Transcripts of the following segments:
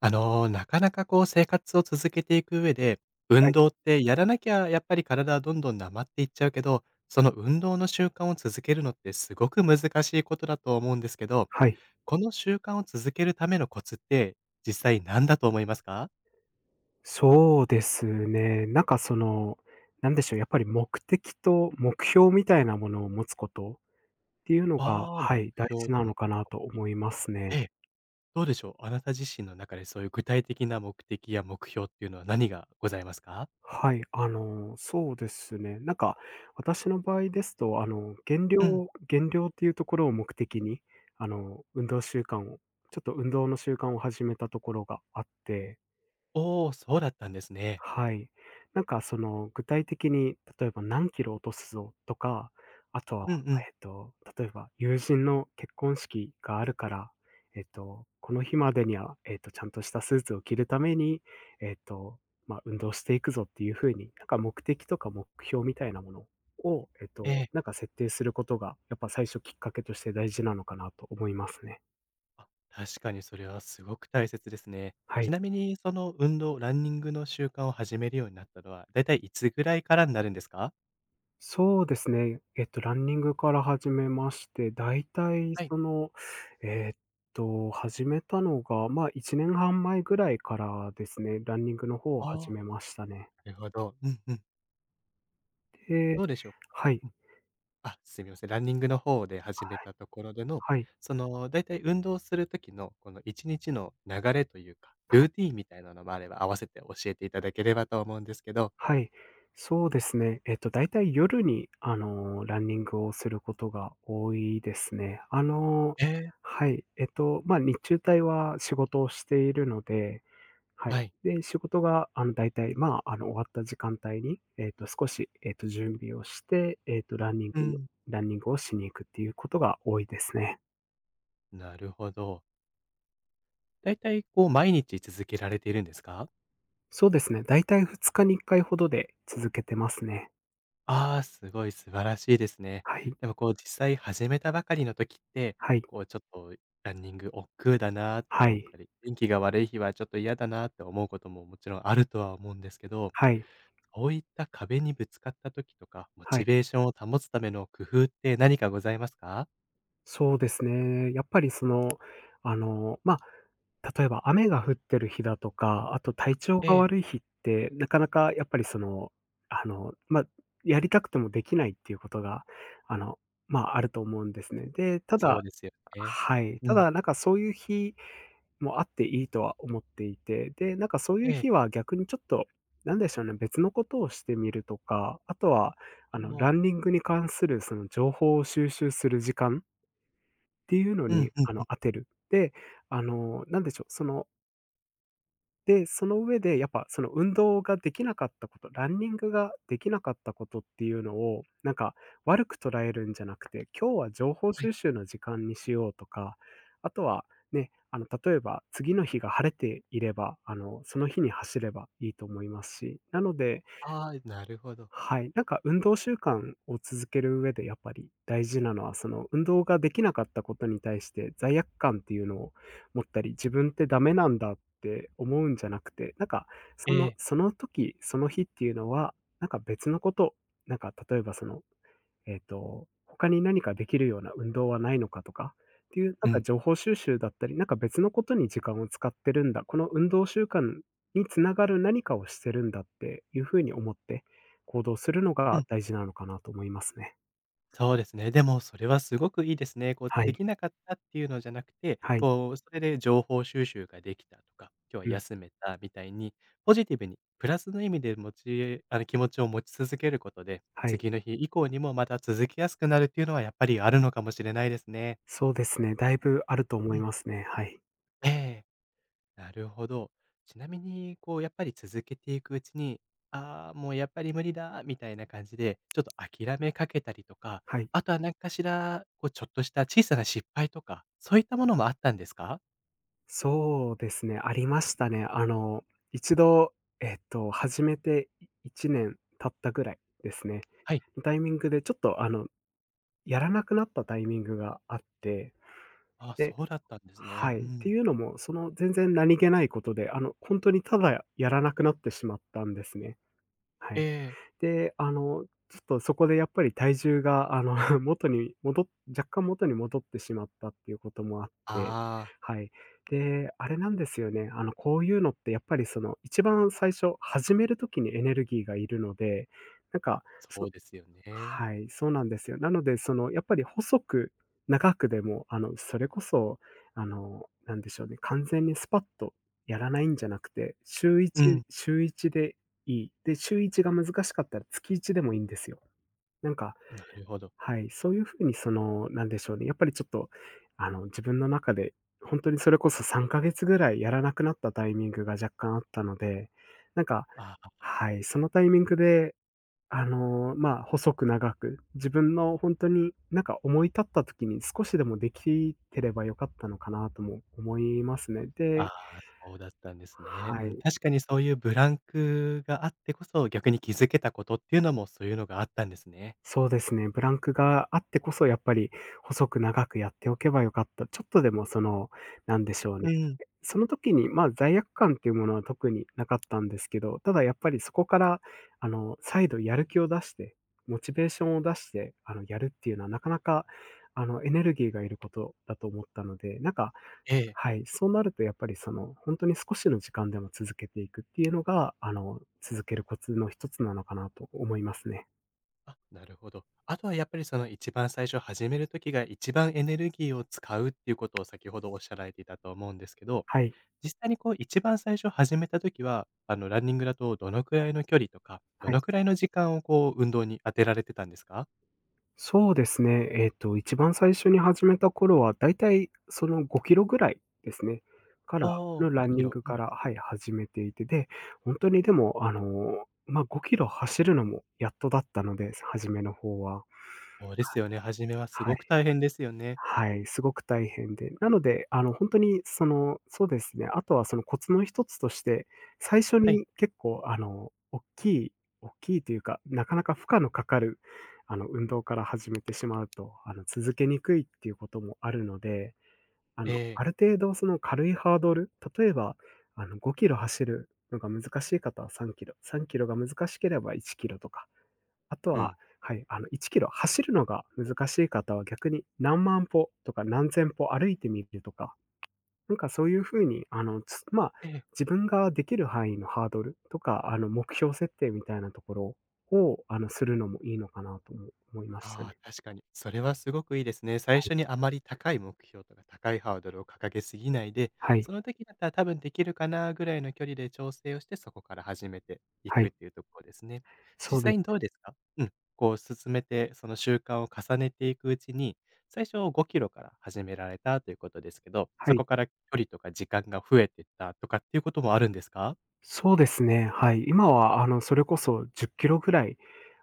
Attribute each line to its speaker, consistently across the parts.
Speaker 1: なかなかこう生活を続けていく上で、
Speaker 2: は
Speaker 1: 運
Speaker 2: い。
Speaker 1: 動ってやらなきゃやっぱり体はどんどんなまっていっちゃうけど、その運動の習慣を続けるのってすごく難しいことだと思うんですけど、
Speaker 2: はい。
Speaker 1: この習慣を続けるためのコツって実際何だと思いますか？
Speaker 2: そうですね。なんかその、なんでしょう、やっぱり目的と目標みたいなものを持つことっていうのが、
Speaker 1: ああー、
Speaker 2: は
Speaker 1: 目
Speaker 2: い、大
Speaker 1: 標
Speaker 2: 事な
Speaker 1: と
Speaker 2: の
Speaker 1: 目
Speaker 2: かなと
Speaker 1: 的。
Speaker 2: 思いますね。
Speaker 1: ええ、どうでしょう？あなた自身の中でそういう具体的な目的や目標っていうのは何がございますか？
Speaker 2: はい、そうですね。なんか私の場合ですと、減
Speaker 1: うん。
Speaker 2: 量減量っていうところを目的に、運動習慣をちょっと運動の習慣を始めたところがあって。
Speaker 1: おお、そうだったんですね。
Speaker 2: はい。なんかその具体的に、例えば何キロ落とすぞとか、あとは、
Speaker 1: うんうん。
Speaker 2: 例えば友人の結婚式があるから、この日までには、ちゃんとしたスーツを着るために、えっと、まあ、運動していくぞっていうふうに、なんか目的とか目標みたいなものを、
Speaker 1: ええ。
Speaker 2: なんか設定することが、やっぱ最初きっかけとして大事なのかなと思いますね。
Speaker 1: あ、確かにそれはすごく大切ですね。
Speaker 2: は
Speaker 1: ち
Speaker 2: い。
Speaker 1: なみに、その運動、ランニングの習慣を始めるようになったのは、だいたいいつぐらいからになるんですか？
Speaker 2: そうですね。ランニングから始めまして、だいたい
Speaker 1: はい。
Speaker 2: その、えっ始めたのが、まあ、1年半前ぐらいからですね、ランニングの方を
Speaker 1: あ
Speaker 2: 始
Speaker 1: あ、
Speaker 2: めましたね。
Speaker 1: なるほど。うんうん。
Speaker 2: で、
Speaker 1: どうでしょうか？
Speaker 2: はい。
Speaker 1: うん。あ、すみません。ランニングの方で始め
Speaker 2: はい。
Speaker 1: たところでの、
Speaker 2: はい。
Speaker 1: だいたい運動する時の、この1日の流れというか、ルーティーンみたいなのもあれば、合わせて教えていただければと思うんですけど。
Speaker 2: そうですね。だいたい夜に、ランニングをすることが多いですね。
Speaker 1: ええ。
Speaker 2: はい。まあ、日中帯は仕事をしているので。はい。
Speaker 1: はい。
Speaker 2: で、仕事が、大体まあ、終わった時間帯に、少し、準備をして、
Speaker 1: うん。
Speaker 2: ランニングをしに行くっていうことが多いですね。
Speaker 1: なるほど。だいたいこう毎日続けられているんですか？
Speaker 2: そうですね、大体2日に1回ほどで続けてますね。
Speaker 1: ああ、すごい素晴らしいですね。
Speaker 2: はい、
Speaker 1: でもこう実際始めたばかりの時って、
Speaker 2: はい、
Speaker 1: こうちょっとランニング億劫だなって
Speaker 2: は
Speaker 1: 思っ
Speaker 2: い、
Speaker 1: たり、天気が悪い日はちょっと嫌だなって思うことももちろんあるとは思うんですけど、
Speaker 2: はい、
Speaker 1: そういった壁にぶつかった時とか、モ
Speaker 2: は
Speaker 1: チ
Speaker 2: い。
Speaker 1: ベーションを保つための工夫って何かございますか？
Speaker 2: そうですね。やっぱりその、まあ、例えば雨が降ってる日だとか、あと体調
Speaker 1: え
Speaker 2: が
Speaker 1: え。
Speaker 2: 悪い日って、なかなかやっぱりその、まあ、やりたくてもできないっていうことが、あの、まあ、あると思うんですね。で、た
Speaker 1: そう
Speaker 2: だ。
Speaker 1: ですよね。
Speaker 2: はい。
Speaker 1: う
Speaker 2: た
Speaker 1: ん。
Speaker 2: だなんかそういう日もあっていいとは思っていて、で、なんかそういう
Speaker 1: ええ、
Speaker 2: 日は逆にちょっと、なんでしょうね、別のことをしてみるとか、あとは、ラ
Speaker 1: も
Speaker 2: ンニングに関するその情報を収集する時間っていうの
Speaker 1: う、う
Speaker 2: に、
Speaker 1: んうん。
Speaker 2: 当てる。で、なんでしょう、その、で、その上でやっぱその運動ができなかったこと、ランニングができなかったことっていうのを、なんか悪く捉えるんじゃなくて、今日は情報
Speaker 1: はい。
Speaker 2: 収集の時間にしようとか、あとはね、例えば次の日が晴れていれば、その日に走ればいいと思いますし、なので、
Speaker 1: ああ、なるほど。
Speaker 2: はい。なんか運動習慣を続ける上でやっぱり大事なのは、その運動ができなかったことに対して罪悪感っていうのを持ったり、自分ってダメなんだって思うんじゃなくて、なんかそ
Speaker 1: え
Speaker 2: の、
Speaker 1: え。
Speaker 2: その時、その日っていうのは、なんか別のこと、なんか例えばその他に何かできるような運動はないのかとかっていう、なん
Speaker 1: う
Speaker 2: か
Speaker 1: ん。
Speaker 2: 情報収集だったり、なんか別のことに時間を使ってるんだ、この運動習慣につながる何かをしてるんだっていう風に思って行動するのが大事なのかなと思いますね。
Speaker 1: そうですね。でもそれはすごくいいですね。こう
Speaker 2: は
Speaker 1: で
Speaker 2: い。
Speaker 1: きなかったっていうのじゃなくて、
Speaker 2: はい。
Speaker 1: こうそれで情報収集ができたとか、今日は
Speaker 2: うん。
Speaker 1: 休めたみたいに、ポジティブにプラスの意味で持ち気持ちを持ち続けることで、
Speaker 2: はい。
Speaker 1: 次の日以降にもまた続きやすくなるっていうのはやっぱりあるのかもしれないですね。
Speaker 2: そうですね。だいぶあると思
Speaker 1: う
Speaker 2: い
Speaker 1: ん。
Speaker 2: ますね。はい。
Speaker 1: ええ。なるほど。ちなみに、こう、やっぱり続けていくうちに、ああ、もうやっぱり無理だ、みたいな感じで、ちょっと諦めかけたりとか、
Speaker 2: はい。
Speaker 1: あとは何かしら、こう、ちょっとした小さな失敗とか、そういったものもあったんですか？
Speaker 2: そうですね。ありましたね。一度、始めて1年経ったぐらいですね、
Speaker 1: はい。
Speaker 2: のタイミングでちょっとやらなくなったタイミングがあって、
Speaker 1: ああ、
Speaker 2: で、
Speaker 1: そうだったんです
Speaker 2: は
Speaker 1: ね。う
Speaker 2: い。って
Speaker 1: ん。
Speaker 2: いうのも、その全然何気ないことで、本当にただやらなくなってしまったんですね。は
Speaker 1: え
Speaker 2: い。
Speaker 1: え。
Speaker 2: で、ちょっとそこでやっぱり体重が、元に戻っ若干元に戻ってしまったっていうこともあって、
Speaker 1: ああ、
Speaker 2: はい。で、あれなんですよね、こういうのってやっぱりその、一番最初始める時にエネルギーがいるので、なんか、
Speaker 1: そうですよね。
Speaker 2: はい、そうなんですよ。なので、その、やっぱり細く長くでも、それこそ、なんでしょうね、完全にスパッとやらないんじゃなくて、週
Speaker 1: うん、
Speaker 2: 1、週1でいい。で、週1が難しかったら月1でもいいんですよ。なんか、
Speaker 1: なるほど。
Speaker 2: はい、そういうふうに、その、なんでしょうね、やっぱりちょっと、自分の中で、本当にそれこそ3ヶ月ぐらいやらなくなったタイミングが若干あったので、なんか、
Speaker 1: ああ、
Speaker 2: はい、そのタイミングでまあ、細く長く、自分の本当に、なんか思い立った時に少しでもできてれば良かったのかなとも思いますね。
Speaker 1: あ
Speaker 2: で、
Speaker 1: あ、そうだったんですね。う
Speaker 2: は
Speaker 1: ん、
Speaker 2: い、
Speaker 1: 確かにそういうブランクがあってこそ、逆に気づけたことっていうのも、そういうのがあったんですね。
Speaker 2: そうですね、ブランクがあってこそやっぱり細く長くやっておけば良かった、ちょっとでもその、なんでしょうね、
Speaker 1: うん、
Speaker 2: その時に、まあ、罪悪感っていうものは特になかったんですけど、ただやっぱりそこから、再度やる気を出して、モチベーションを出して、やるっていうのはなかなか、エネルギーがいることだと思ったので、なんか、
Speaker 1: ええ。
Speaker 2: はい、そうなるとやっぱりその、本当に少しの時間でも続けていくっていうのが、続けるコツの一つなのかなと思いますね。
Speaker 1: あ、なるほど。あとはやっぱりその一番最初始める時が一番エネルギーを使うっていうことを先ほどおっしゃられていたと思うんですけど、
Speaker 2: はい、
Speaker 1: 実際にこう一番最初始めた時は、あのランニングだとどのくらいの距離とか、ど
Speaker 2: はい。
Speaker 1: のくらいの時間をこう運動に当てられてたんですか？
Speaker 2: そうですね。一番最初に始めた頃は、だいたいその5キロぐらいですね、か
Speaker 1: あ
Speaker 2: ら
Speaker 1: あ、
Speaker 2: の
Speaker 1: 5
Speaker 2: ラン
Speaker 1: キ
Speaker 2: ニン
Speaker 1: ロ。
Speaker 2: グから、はい、始めていて、で、ほんとにでも、ま、5キロ走るのもやっとだったので、初めの方は。
Speaker 1: そうですよね、初めはす
Speaker 2: は
Speaker 1: ごく
Speaker 2: い。
Speaker 1: 大変ですよね。
Speaker 2: はい、すごく大変で。なので、本当にその、そうですね、あとはそのコツの一つとして、最初
Speaker 1: はい。
Speaker 2: に結構大きい大きいというか、なかなか負荷のかかる、運動から始めてしまうと、続けにくいっていうこともあるので、
Speaker 1: え
Speaker 2: あ
Speaker 1: え、
Speaker 2: る程度その軽いハードル、例えば、5キロ走るのが難しい方は3キロ、3キロが難しければ1キロとかあと
Speaker 1: う
Speaker 2: は、
Speaker 1: ん。
Speaker 2: はい、1キロ走るのが難しい方は逆に何万歩とか何千歩歩いてみるとか、なんかそういう風に、まあ、
Speaker 1: ええ。
Speaker 2: 自分ができる範囲のハードルとか、目標設定みたいなところを、するのもいいのかなとも思いました
Speaker 1: ああ、
Speaker 2: ね。
Speaker 1: 確かに。それはすごくいいですね。最初にあまり高い目標とか高いハードルを掲げすぎないで、
Speaker 2: はい、
Speaker 1: その時だったら多分できるかなぐらいの距離で調整をして、そこから始めてい
Speaker 2: は
Speaker 1: くっ
Speaker 2: い、
Speaker 1: ていうところですね。
Speaker 2: そう
Speaker 1: 実
Speaker 2: で
Speaker 1: 際に
Speaker 2: す。
Speaker 1: どうですかうん。こう進めて、その習慣を重ねていくうちに、最初5キロから始められたということですけど、
Speaker 2: は
Speaker 1: そ
Speaker 2: い。
Speaker 1: こから距離とか時間が増えていったとかっていうこともあるんですか
Speaker 2: そうですね、はい。今はそれこそ10キロぐらい、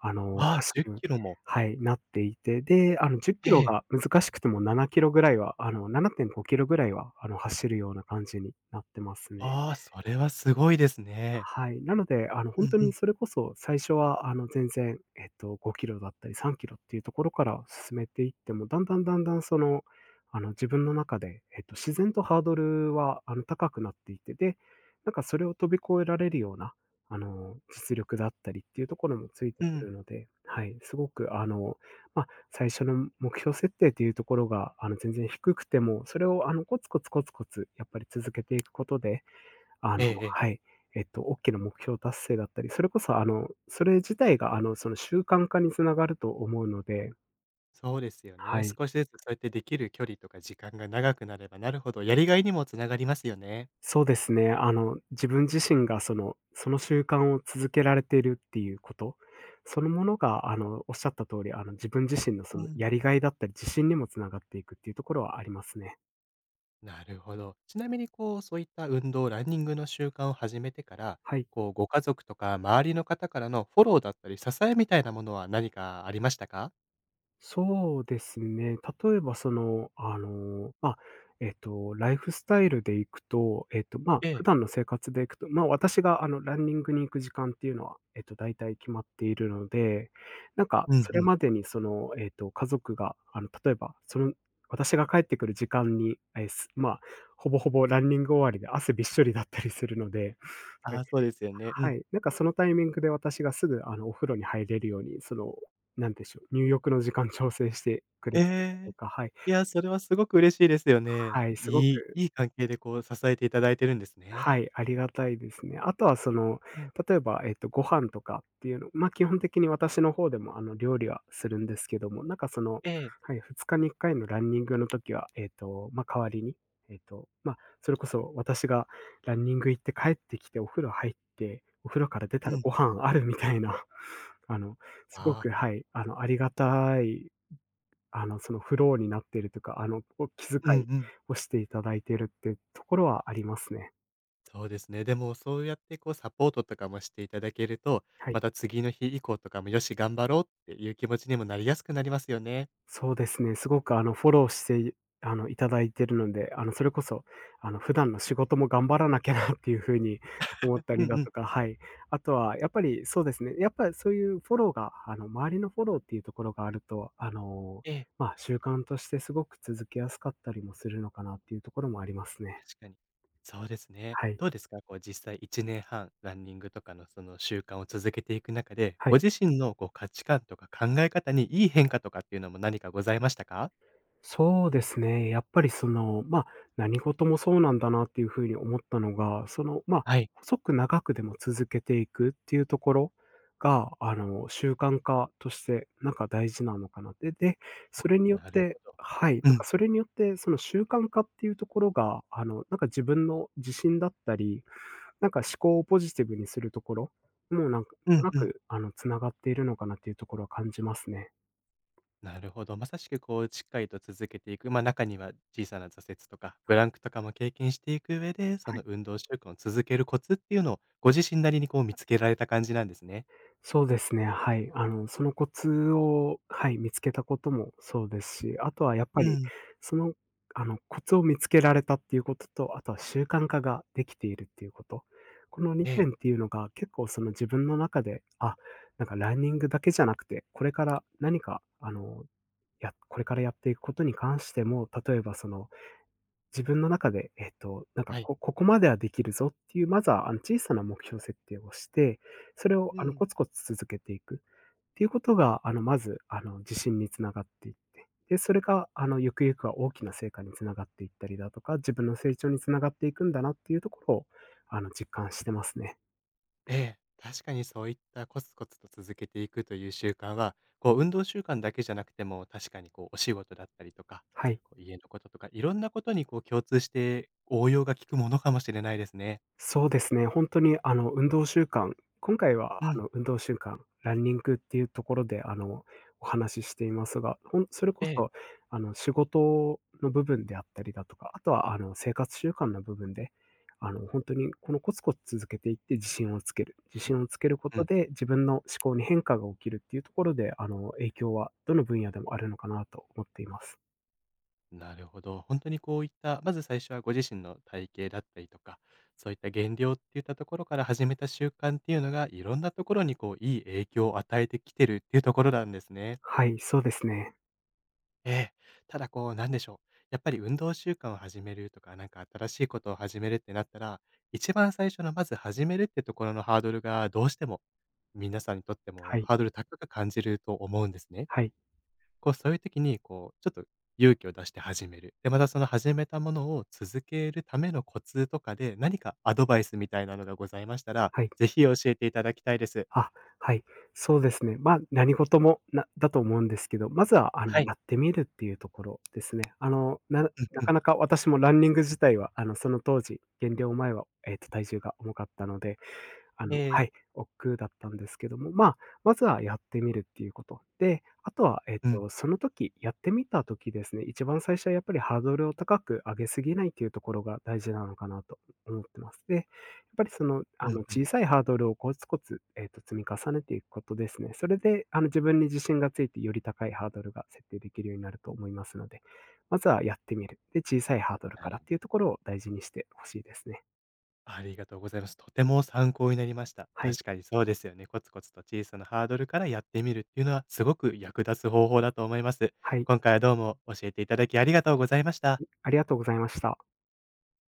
Speaker 1: ああ、
Speaker 2: 走
Speaker 1: 10
Speaker 2: る、
Speaker 1: キロも。
Speaker 2: はい、なっていて、で、10キ
Speaker 1: え
Speaker 2: ロ
Speaker 1: え。
Speaker 2: が難しくても7キロぐらいは、7.5キロぐらいは、走るような感じになってますね。
Speaker 1: ああ、それはすごいですね。
Speaker 2: はい。なので、
Speaker 1: う
Speaker 2: 本
Speaker 1: ん
Speaker 2: 当
Speaker 1: う
Speaker 2: に
Speaker 1: ん。
Speaker 2: それこそ最初は、あの、全然、えっと、5キロだったり3キロっていうところから進めていっても、だんだん、自分の中で、自然とハードルは、高くなっていて、で、なんかそれを飛び越えられるような、実力だったりっていうところもついて
Speaker 1: う
Speaker 2: く
Speaker 1: ん。
Speaker 2: るので、はい、すごく、まあ、最初の目標設定っていうところが、全然低くても、それを、コツコツやっぱり続けていくことであの
Speaker 1: ええええ。
Speaker 2: はい。おきな目標達成だったり、それこそそれ自体がその習慣化に繋がると思うので、
Speaker 1: そうですよ
Speaker 2: は
Speaker 1: ね。
Speaker 2: い。
Speaker 1: 少しずつそうやってできる距離とか時間が長くなればなるほど、やりがいにもつながりますよね。
Speaker 2: そうですね、自分自身がその、その習慣を続けられているっていうこと、そのものがおっしゃった通り、自分自身のそ
Speaker 1: う
Speaker 2: の
Speaker 1: ん。
Speaker 2: やりがいだったり、自信にもつながっていくっていうところはありますね。
Speaker 1: なるほど。ちなみにこう、そういった運動、ランニングの習慣を始めてから、
Speaker 2: はい。
Speaker 1: こう、ご家族とか周りの方からのフォローだったり、支えみたいなものは何かありましたか？
Speaker 2: そうですね。例えばその、ライフスタイルでいくと、まあ、
Speaker 1: え
Speaker 2: 普
Speaker 1: え。
Speaker 2: 段の生活でいくと、まあ、私が、ランニングに行く時間っていうのは、大体決まっているので、なんか、
Speaker 1: うん
Speaker 2: そ
Speaker 1: う
Speaker 2: れ
Speaker 1: ん。
Speaker 2: までにその、家族が、例えば、その、私が帰ってくる時間に、え、すまあ、ほぼほぼランニング終わりで汗びっしょりだったりするので
Speaker 1: ああ、そうですよね。う
Speaker 2: は
Speaker 1: ん。
Speaker 2: い、なんかそのタイミングで私がすぐ、お風呂に入れるように、その、なんでしょう、入浴の時間調整してくれ
Speaker 1: え
Speaker 2: たりだと
Speaker 1: え、
Speaker 2: か、はい。
Speaker 1: いや、それはすごく嬉しいですよね。
Speaker 2: はい、すご
Speaker 1: いい
Speaker 2: く
Speaker 1: いい関係でこう支えていただいてるんですね。
Speaker 2: はい、ありがたいですね。あとはその、
Speaker 1: うん、
Speaker 2: 例えば、ご飯とかっていうの、まあ、基本的に私の方でも、料理はするんですけども、なんかその、
Speaker 1: ええ。
Speaker 2: はい、2日に1回のランニングの時は、代わりに、それこそ私がランニング行って帰ってきてお風呂入って、お風呂から出た
Speaker 1: う
Speaker 2: ら
Speaker 1: ん。
Speaker 2: ご飯あるみたいな、あの、すご
Speaker 1: ああ、
Speaker 2: く、はい、ありがたい、そのフローになっているとか、お気遣
Speaker 1: うんう
Speaker 2: い
Speaker 1: ん。
Speaker 2: をしていただいているってところはありますね。
Speaker 1: そうですね。でもそうやってこうサポートとかもしていただけると、
Speaker 2: はい。
Speaker 1: また次の日以降とかも、よし、頑張ろうっていう気持ちにもなりやすくなりますよね。
Speaker 2: そうですね、すごくフォローしていあの、いただいてるので、それこそ、普段の仕事も頑張らなきゃなっていう風に 思った
Speaker 1: うん
Speaker 2: りだ
Speaker 1: う
Speaker 2: と
Speaker 1: ん。
Speaker 2: か、はい。あとはやっぱりそうですね、やっぱりそういうフォローが、周りのフォローっていうところがあると、
Speaker 1: ええ、
Speaker 2: まあ、習慣としてすごく続けやすかったりもするのかなっていうところもありますね。
Speaker 1: 確かに。そうですね。
Speaker 2: はい。
Speaker 1: どうですか、こう実際1年半、ランニングとかのその習慣を続けていく中で、
Speaker 2: は
Speaker 1: ご
Speaker 2: い。
Speaker 1: 自身のこう価値観とか考え方にいい変化とかっていうのも何かございましたか？
Speaker 2: そうですね。やっぱりその、まあ、何事もそうなんだなっていう風に思ったのが、その、まあ、
Speaker 1: はい、
Speaker 2: 細く長くでも続けていくっていうところが、習慣化として、なんか大事なのかなって。で、それによっ
Speaker 1: なる
Speaker 2: て
Speaker 1: ほど。
Speaker 2: はい、なん
Speaker 1: う
Speaker 2: か
Speaker 1: ん。
Speaker 2: それによって、その習慣化っていうところが、なんか自分の自信だったり、なんか思考をポジティブにするところも、なんか、
Speaker 1: うん
Speaker 2: なん
Speaker 1: う
Speaker 2: とな
Speaker 1: ん。
Speaker 2: く、つながっているのかなっていうところは感じますね。
Speaker 1: なるほど。まさしくこう、しっかりと続けていく、ま、中には小さな挫折とか、ブランクとかも経験していく上で、その運動習慣を続けるコツっていうのを、ご自身なりにこう見つけられた感じなんですね。
Speaker 2: そうですね、はい。そのコツを、はい、見つけたこともそうですし、あとはやっぱ
Speaker 1: う
Speaker 2: り、
Speaker 1: ん。
Speaker 2: その、コツを見つけられたっていうことと、あとは習慣化ができているっていうこと。この
Speaker 1: え
Speaker 2: 2
Speaker 1: え。
Speaker 2: 点っていうのが結構その自分の中で、あ、なんかランニングだけじゃなくて、これから何か、これからやっていくことに関しても、例えばその自分の中で、なんか、
Speaker 1: はい。
Speaker 2: ここまではできるぞっていう、まずは、小さな目標設定をして、それを、
Speaker 1: うん。
Speaker 2: コツコツ続けていくっていうことが、あの、まず、あの、自信につながっていって、で、それが、ゆくゆくは大きな成果につながっていったりだとか、自分の成長につながっていくんだなっていうところを、実感してますね。
Speaker 1: ええ。確かにそういったコツコツと続けていくという習慣は、こう運動習慣だけじゃなくても、確かにこうお仕事だったりとか、
Speaker 2: はい。
Speaker 1: こう家のこととか、いろんなことにこう共通して応用が利くものかもしれないですね。
Speaker 2: そうですね、本当に運動習慣今回は
Speaker 1: う
Speaker 2: あ
Speaker 1: ん。
Speaker 2: の、運動習慣、ランニングっていうところでお話ししていますが、それこ
Speaker 1: ええ。
Speaker 2: そ仕事の部分であったりだとか、あとは生活習慣の部分で、本当にこのコツコツ続けていって自信をつける。自信をつけるこ
Speaker 1: う
Speaker 2: と
Speaker 1: ん。
Speaker 2: で、自分の思考に変化が起きるっていうところで、影響はどの分野でもあるのかなと思っています。
Speaker 1: なるほど。本当にこういった、まず最初はご自身の体型だったりとか、そういった減量っていったところから始めた習慣っていうのが、いろんなところにこういい影響を与えてきてるっていうところなんですね。
Speaker 2: はい、そうですね。
Speaker 1: ええ。ただこうなんでしょう、やっぱり運動習慣を始めるとか、なんか新しいことを始めるってなったら、一番最初のまず始めるってところのハードルがどうしても、皆さんにとって
Speaker 2: は
Speaker 1: も
Speaker 2: い、
Speaker 1: ハードル高く感じると思うんですね。
Speaker 2: はい、
Speaker 1: こう、そういう時に、こう、ちょっと勇気を出して始める。で、またその始めたものを続けるためのコツとかで、何かアドバイスみたいなのがございましたら、
Speaker 2: はい。
Speaker 1: ぜひ教えていただきたいです。
Speaker 2: あ、はい。そうですね。まあ、何事も、なだと思うんですけど、まずは、
Speaker 1: はい。
Speaker 2: やってみるっていうところですね。あの、なな
Speaker 1: うんう
Speaker 2: か
Speaker 1: ん。
Speaker 2: なか私もランニング自体は、その当時、減量前は、体重が重かったので
Speaker 1: ええ。
Speaker 2: 億劫だったんですけども、まあ、まずはやってみるっていうこと。で、あとは、
Speaker 1: うん、
Speaker 2: その時、やってみた時ですね、一番最初はやっぱりハードルを高く上げすぎないっていうところが大事なのかなと思ってます。で、やっぱりその、
Speaker 1: うんうん。
Speaker 2: 小さいハードルをコツコツ、積み重ねていくことですね。それで、自分に自信がついて、より高いハードルが設定できるようになると思いますので、まずはやってみる。で、小さいハードル
Speaker 1: な
Speaker 2: か
Speaker 1: る
Speaker 2: らっ
Speaker 1: ほ
Speaker 2: ていう
Speaker 1: ど。
Speaker 2: ところを大事にしてほしいですね。
Speaker 1: ありがとうございます。とても参考になりました。
Speaker 2: はい。
Speaker 1: 確かにそうですよね。コツコツと小さなハードルからやってみるっていうのは、すごく役立つ方法だと思います。
Speaker 2: はい。
Speaker 1: 今回はどうも教えていただきありがとうございました。
Speaker 2: ありがとうございました。